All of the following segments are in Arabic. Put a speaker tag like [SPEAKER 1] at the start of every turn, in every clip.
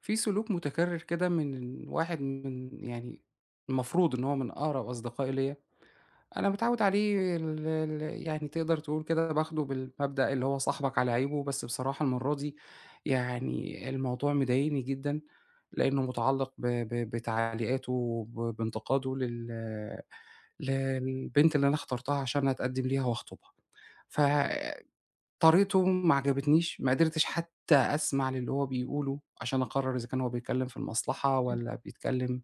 [SPEAKER 1] في سلوك متكرر كده من واحد من المفروض إن هو من أقرب أصدقائي ليّا، أنا متعوّد عليه ال ال يعني تقدر تقول كده باخده بالمبدأ اللي هو صاحبك على عيبه، بس بصراحة المرّة دي يعني الموضوع مضايقني جدًا، لإنه متعلق ب ب بتعليقاته وب بانتقاده للبنت اللي أنا اخترتها عشان أتقدّم ليها وأخطبها. ف طريقته ما عجبتنيش، ما قدرتش حتى أسمع للي هو بيقوله عشان أقرّر إذا كان هو بيتكلّم في المصلحة
[SPEAKER 2] إيه،
[SPEAKER 1] والّا بيتكلّم.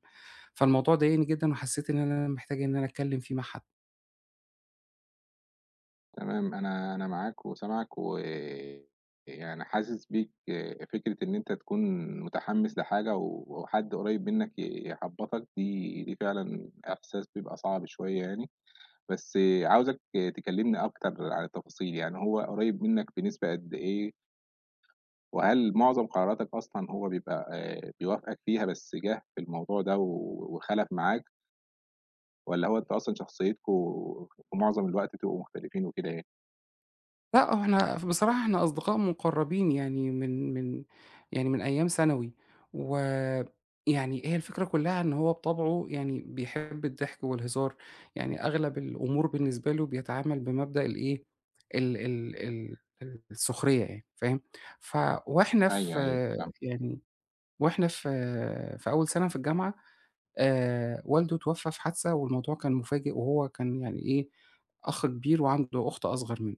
[SPEAKER 1] فالموضوع ضايقني جدًا وحسّيت إن أنا محتاج إن أنا أتكلّم فيه مع حد.
[SPEAKER 2] تمام، أنا معاك وسامعك، ويعني حاسس بيك فكرة إن أنت تكون متحمّس لحاجة و وحد قريب منّك يحبّطك دي فعلًا إحساس بيبقى صعب شوية يعني، بس عاوزك تكلّمني أكتر عن التفاصيل، يعني هو قريب منّك بنسبة قد إيه؟ وهل معظم قراراتك أصلًا هو بيبقى بيوافقك فيها بس جَه في الموضوع ده و وخَلَف معاك، والّا هو أنتم أصلًا شخصيتكم في معظم الوقت بتبقوا مختلفين وكده يعني؟
[SPEAKER 1] لأ، هو إحنا بصراحة إحنا أصدقاء مُقرّبين يعني من يعني من أيام ثانوي، ويعني هي الفكرة كُلّها إن هو بطبعه يعني بيحب الضحك والهزار، يعني أغلب الأمور بالنسبة له بيتعامل بمبدأ الإيه، ال ال ال ال السخرية يعني فاهم. ف وإحنا في
[SPEAKER 2] أيوه، أيوه، فاهمك.
[SPEAKER 1] يعني وإحنا في في أول سَنة في الجامعة، والده اتوفّى في حادثة والموضوع كان مفاجئ وهو كان يعني إيه، أخ كبير وعنده أخت أصغر منّه.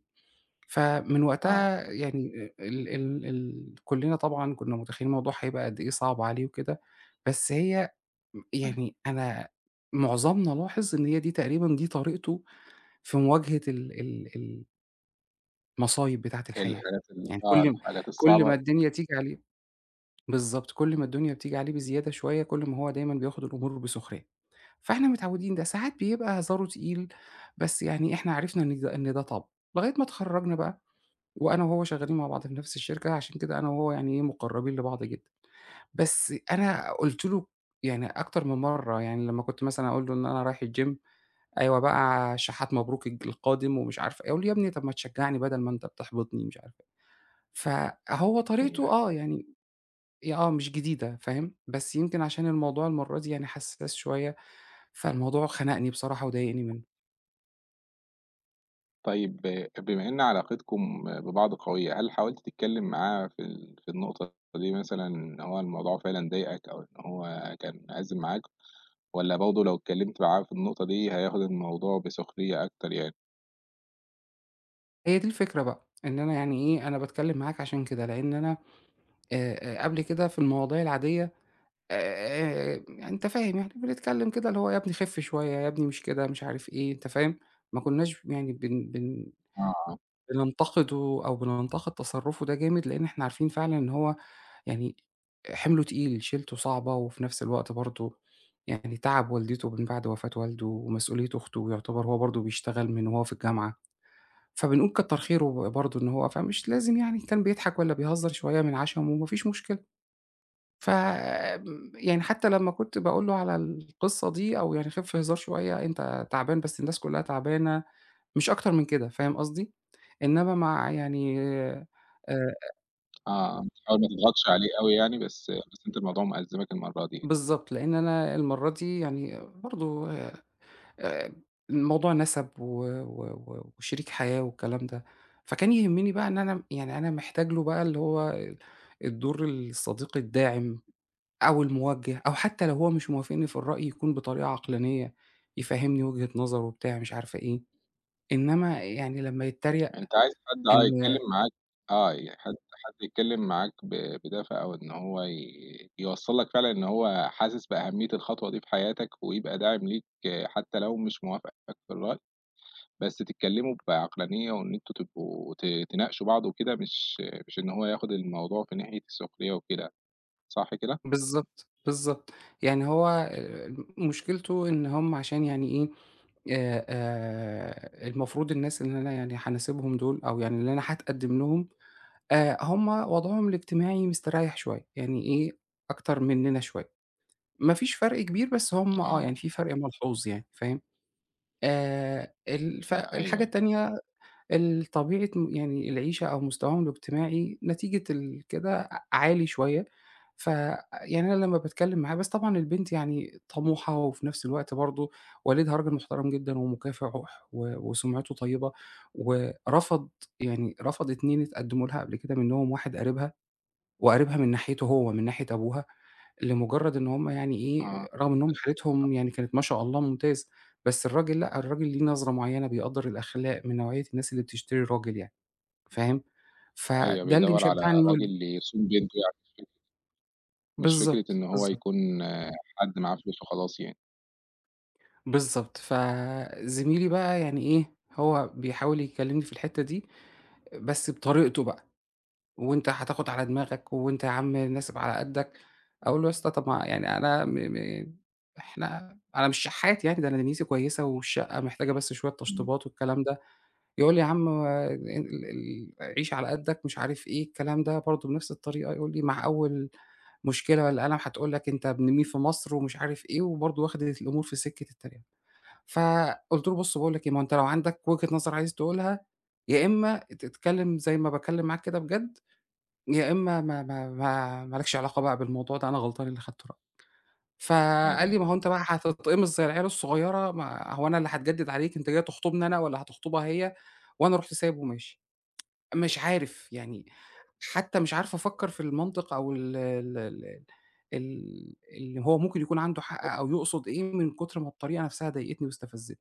[SPEAKER 1] فمن
[SPEAKER 2] آه.
[SPEAKER 1] وقتها يعني ال ال ال كُلّنا طبعًا كُنّا متخيّلين الموضوع هيبقى قد إيه صعب عليه وكده، بس هي م
[SPEAKER 2] إمم.
[SPEAKER 1] يعني أنا معظمنا لاحظ إن هي دي تقريبًا دي طريقته في مواجهة ال ال المصايب بتاعة الحياة،
[SPEAKER 2] الحاجات ال
[SPEAKER 1] يعني
[SPEAKER 2] آه، الحاجات
[SPEAKER 1] كل ما
[SPEAKER 2] الصعبة
[SPEAKER 1] الدنيا تيجي عليه. بالضبط، كل ما الدنيا بتيجي عليه بزيادة شوية، كل ما هو دايمًا بياخد الأمور بسخرية، فإحنا متعوّدين ده، ساعات بيبقى هزاره تقيل، بس يعني إحنا عرفنا إن ده طبعه، لغاية ما اتخرّجنا بقى وأنا وهو شغالين مع بعض في نفس الشركة، عشان كده أنا وهو يعني إيه، مُقرّبين لبعض جدًا. بس أنا قُلت له يعني أكتر من مرّة، يعني لمّا كنت مثلًا أقول له إن أنا رايح الgym، "أيوه بقى شحات مبروك القادم." ومش عارف إيه، أقول له: "يا ابني طب ما تشجّعني بدل ما أنت بتحبطني." مش عارف إيه. فهو طريقته
[SPEAKER 2] يعني.
[SPEAKER 1] آه، يعني هي آه مش جديدة فاهم، بس يمكن عشان الموضوع المرّة دي يعني حساس شوية، فالموضوع خنقني بصراحة وضايقني منه.
[SPEAKER 2] طيب بما إن علاقتكم ببعض قوية، هل حاولت تتكلم معاه في في النقطة دي مثلًا إن هو الموضوع فعلًا ضايقك أو إن هو كان عازم معاك، والّا برضه لو اتكلمت معاه في النقطة دي هياخد الموضوع بسخرية أكتر يعني؟
[SPEAKER 1] هي دي الفكرة بقى، إن أنا يعني إيه، أنا باتكلّم معاك عشان كده، لإن أنا قبل كده في المواضيع العادية يعني أنت فاهم يعني، بنتكلم كده اللي هو يا ابني خِف شوية، يا ابني مش كده، مش عارف إيه، أنت فاهم، ما كناش يعني بن بن
[SPEAKER 2] آه،
[SPEAKER 1] بننتقده أو بننتقد تصرُّفه ده جامد، لإن إحنا عارفين فعلًا إن هو يعني حِمْله تقيل، شيلته صعبة وفي نفس الوقت برضه يعني تعَب والدته من بعد وفاة والده ومسؤولية أخته، ويعتبر هو برضه بيشتغل من وهو في الجامعة، فبنقول كتّر خيره برضه إن هو فمش لازم يعني كان بيضحك والّا بيهزّر شوية من عَشَمه ما فيش مشكلة. ف آمم، يعني حتى لمّا كنت باقول له على القصة دي أو يعني خِف في هزار شوية، أنت تعبان بس الناس كلّها تعبانة، مش أكتر من كده، فاهم قصدي؟ إنّما مع يعني.
[SPEAKER 2] آه، بتحاول ما تضغطش عليه أوي يعني، بس أنت الموضوع مأزمك المرّة دي.
[SPEAKER 1] بالضبط، لإن أنا المَرّة دي يعني برضه، آآ الموضوع نَسَب و وشريك حياة والكلام ده، فكان يهمّني بقى إن أنا يعني أنا محتاج له بقى اللي هو الدور الصديق الداعم. أو الموجه، أو حتى لو هو مش موافقني في الرأي يكون بطريقة عقلانية، يفهّمني وجهة نظره وبتاع مش عارفة إيه، إنما يعني لمّا يتريق.
[SPEAKER 2] أنت عايز حد آه
[SPEAKER 1] إن
[SPEAKER 2] يتكلّم معاك، آه، ي حد حد يتكلّم معاك بدافع، أو إن هو يوصّل لك فعلًا إن هو حاسس بأهمية الخطوة دي في حياتك، ويبقى داعم ليك، آه، حتى لو مش موافقك في الرأي، بس تتكلّموا بعقلانية وإن أنتم تبقوا ت تناقشوا بعض وكده، مش إن هو ياخد الموضوع في ناحية السخرية وكده، صح كده؟
[SPEAKER 1] بالضبط، بالضبط، يعني هو مشكلته إن هم عشان يعني إيه، المفروض الناس اللي أنا يعني هاناسبهم دول أو يعني اللي أنا هاتقدّم لهم، هم وضعهم الاجتماعي مستريّح شوية، يعني إيه، أكتر مننا شوية، ما فيش فرق كبير بس هم آه،
[SPEAKER 2] آه،
[SPEAKER 1] يعني في فرق ملحوظ يعني، فاهم؟ ال
[SPEAKER 2] لأ أيوه،
[SPEAKER 1] فالحاجة
[SPEAKER 2] أيوه،
[SPEAKER 1] التانية طبيعة يعني العيشة أو مستواهم الاجتماعي نتيجة كده عالي شوية، ف يعني أنا لمّا باتكلّم معاه بس طبعًا البنت يعني طموحة وفي نفس الوقت برضه والدها راجل محترم جدًا ومكافح وسُمعته طيبة، ورفض يعني رفض 2 اتقدّموا لها قبل كده منّهم واحد قريبها، وقريبها من ناحيته هو من ناحية أبوها. لمجرد إن هم يعني
[SPEAKER 2] آه،
[SPEAKER 1] إيه، رغم إن هم
[SPEAKER 2] بس
[SPEAKER 1] حالتهم يعني كانت ما شاء الله ممتازة، بس الراجل لأ، الراجل ليه نظرة معيّنة، بيقدّر الأخلاق، من نوعية الناس اللي بتشتري الراجل يعني، فاهم؟
[SPEAKER 2] أيوه
[SPEAKER 1] فده اللي
[SPEAKER 2] بيدوّر على
[SPEAKER 1] مشجّعني.
[SPEAKER 2] راجل يصون بنته يعني، مش فكرة
[SPEAKER 1] بالضبط،
[SPEAKER 2] إن هو
[SPEAKER 1] بالضبط،
[SPEAKER 2] يكون آه، حد معاه فلوس وخلاص يعني.
[SPEAKER 1] بالضبط. فزميلي بقى يعني إيه، هو بيحاول يكلّمني في الحتّة دي، بس بطريقته بقى. وأنت هتاخد على دماغك، وأنت يا عم ناسب على قدّك، أقول له: "يا اسطى طب ما يعني أنا م م إحنا أنا مش شحّات يعني، ده أنا دنيتي كويسة والشقة محتاجة بس شوية
[SPEAKER 2] إمم،
[SPEAKER 1] تشطيبات والكلام ده." يقول لي: "يا عم ال ال ال عيش على قدّك." مش عارف إيه الكلام ده، برضه بنفس الطريقة يقول لي: "مع أول مشكلة والّا قلم هتقول لك أنت ابن مين في مصر." ومش عارف إيه، وبرضه واخد الأمور في سكة التريقة. فقُلت له: "بُص باقول لك إيه، ما هو أنت لو عندك وجهة نظر عايز تقولها، يا إما تتكلم زي ما باتكلم معاك كده بجد يا إمّا ما لكش علاقة بقى بالموضوع ده أنا غلطان اللي خدته رأي.
[SPEAKER 2] أيوه،
[SPEAKER 1] فقال لي:
[SPEAKER 2] أيوه.
[SPEAKER 1] "ما هو أنت بقى هتتقمص زي العيال الصغيرة، ما هو أنا اللي هاتجدد عليك، أنت جاي تخطبني أنا والّا هتخطبها هي؟" وأنا رُحت سايبه وماشي. مش عارف يعني حتى مش عارف أفكّر في المنطق أو ال ال ال ال اللي هو ممكن يكون عنده حق أو يقصد إيه من كتر ما الطريقة نفسها ضايقتني واستفزتني.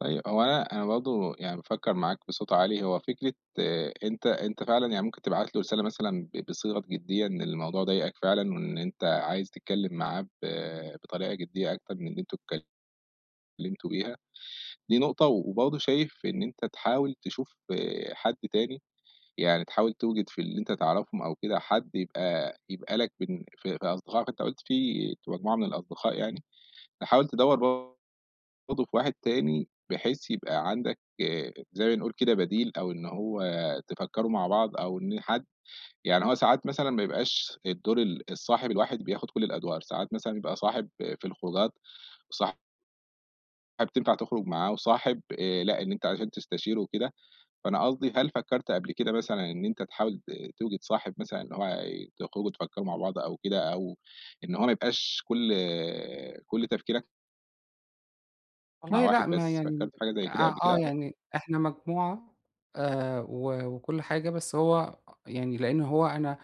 [SPEAKER 2] طيب هو أنا برضه يعني بافكّر معاك بصوت عالي، هو فكرة أنت فعلًا يعني ممكن تبعت له رسالة مثلًا بصيغة جدية إن الموضوع ضايقك فعلًا، وإن أنت عايز تتكلّم معاه بطريقة جدية أكتر من اللي أنتم اتكلّمتوا بيها. دي نقطة، وبرضه شايف إن أنت تحاول تشوف آه، حد تاني، يعني تحاول توجد في اللي أنت تعرفهم أو كده حد يبقى لك في أصدقائك، أنت قُلت في مجموعة من الأصدقاء يعني، تحاول تدوّر برضه في واحد تاني، بحيث يبقى عندك زي ما نقول كده بديل، أو إن هو تفكّروا مع بعض، أو إن حد يعني هو ساعات مثلًا ما يبقاش الدور الصاحب الواحد بياخد كل الأدوار، ساعات مثلًا يبقى صاحب في الخروجات، وصاحب تنفع تخرج معاه، وصاحب لأ، إن أنت عشان تستشيره وكده، فأنا قصدي هل فكّرت قبل كده مثلًا إن أنت تحاول ت توجد صاحب مثلًا اللي هو تخرجوا تفكّروا مع بعض أو كده، أو إن هو ما يبقاش كل تفكيرك مع
[SPEAKER 1] والله لأ،
[SPEAKER 2] واحد
[SPEAKER 1] ما
[SPEAKER 2] بس،
[SPEAKER 1] يعني
[SPEAKER 2] فكّرت في حاجة زي كده
[SPEAKER 1] آه،
[SPEAKER 2] قبل
[SPEAKER 1] آه،
[SPEAKER 2] كده؟
[SPEAKER 1] يعني إحنا مجموعة و وكل حاجة، بس هو يعني لإن هو أنا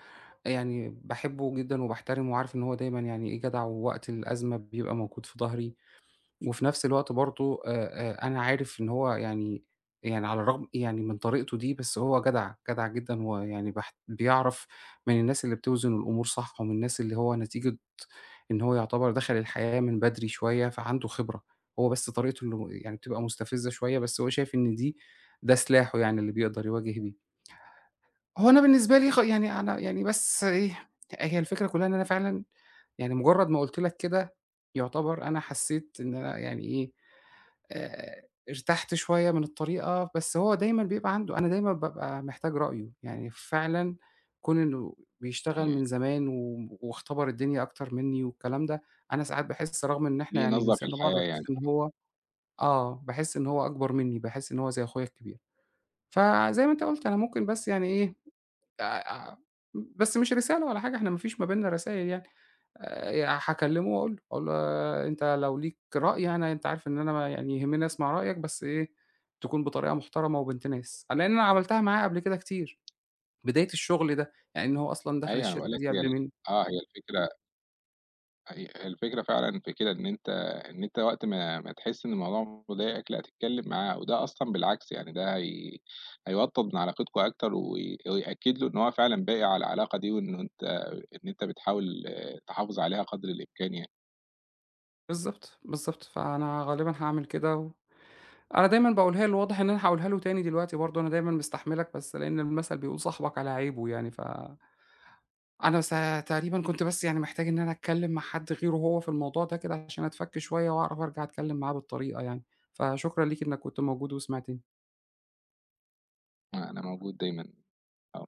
[SPEAKER 1] يعني باحبه جدًا وباحترمه وعارف إن هو دايمًا يعني إيه، جدع ووقت الأزمة بيبقى موجود في ضهري، وفي نفس الوقت برضه أنا عارف إن هو يعني على الرغم يعني من طريقته دي، بس هو جدع، جدع جدًا ويعني باحت بيعرف من الناس اللي بتوزن الأمور صح ومن الناس اللي هو نتيجة إن هو يعتبر دخل الحياة من بدري شوية، فعنده خبرة، هو بس طريقته اللي يعني بتبقى مستفزة شوية، بس هو شايف إن دي ده سلاحه يعني اللي بيقدر يواجه بيه. هو أنا بالنسبة لي خ يعني أنا يعني بس إيه، هي الفكرة كلّها إن أنا فعلًا يعني مجرّد ما قُلت لك كده، يعتبر أنا حسّيت إن أنا يعني إيه، ارتحت شوية من الطريقة، بس هو دايمًا بيبقى عنده أنا دايمًا بابقى محتاج رأيه، يعني فعلًا كون إنه بيشتغل من زمان واختبر الدنيا أكتر منّي والكلام ده، أنا ساعات باحس رغم إن إحنا
[SPEAKER 2] ليه
[SPEAKER 1] يعني من
[SPEAKER 2] نظرة في
[SPEAKER 1] سِن بعض،
[SPEAKER 2] الحياة
[SPEAKER 1] باحس
[SPEAKER 2] يعني،
[SPEAKER 1] إن هو آه، باحس إن هو أكبر منّي، باحس إن هو زي أخويا الكبير. فزي ما أنت قُلت أنا ممكن بس يعني إيه، آآ بس مش رسالة ولا حاجة، إحنا ما فيش ما بيننا رسايل يعني. هاكلمه وأقول له، أقول له: آه، "أنت لو ليك رأي أنا أنت عارف إن أنا ما يعني يهمني أسمع رأيك بس إيه، تكون بطريقة محترمة وبنت ناس." لإن أنا عملتها معاه قبل كده كتير، بداية الشغل ده، يعني إن هو أصلًا دخل
[SPEAKER 2] أيوه أنا
[SPEAKER 1] الشركة
[SPEAKER 2] باقول لك
[SPEAKER 1] دي
[SPEAKER 2] هي
[SPEAKER 1] قبل
[SPEAKER 2] ال
[SPEAKER 1] منّي.
[SPEAKER 2] آه هي الفكرة فعلًا في كده، إن أنت إن أنت وقت ما تحس إن الموضوع مضايقك لأ تتكلم معاه، وده أصلًا بالعكس يعني ده هيوطّد من علاقتكم أكتر ويأكد له إن هو فعلًا باقي على العلاقة دي، وإنه أنت إن أنت بتحاول، آه، تحافظ عليها قدر الإمكان يعني،
[SPEAKER 1] بالضبط، بالضبط، فأنا غالبًا هاعمل كده. و أنا دايمًا باقولها له، واضح إن أنا هاقولها له تاني دلوقتي برضه، أنا دايمًا مستحملك بس لإن المثل بيقول صاحبك على عيبه يعني ف أنا س تقريبًا كنت بس يعني محتاج إن أنا أتكلّم مع حد غيره هو في الموضوع ده كده عشان أتفَك شوية وأعرف أرجع أتكلّم معاه بالطريقة يعني، فشكرًا ليكِ إنّك كنت موجودة وسمعتيني.
[SPEAKER 2] آه، أنا موجود دايمًا، آه.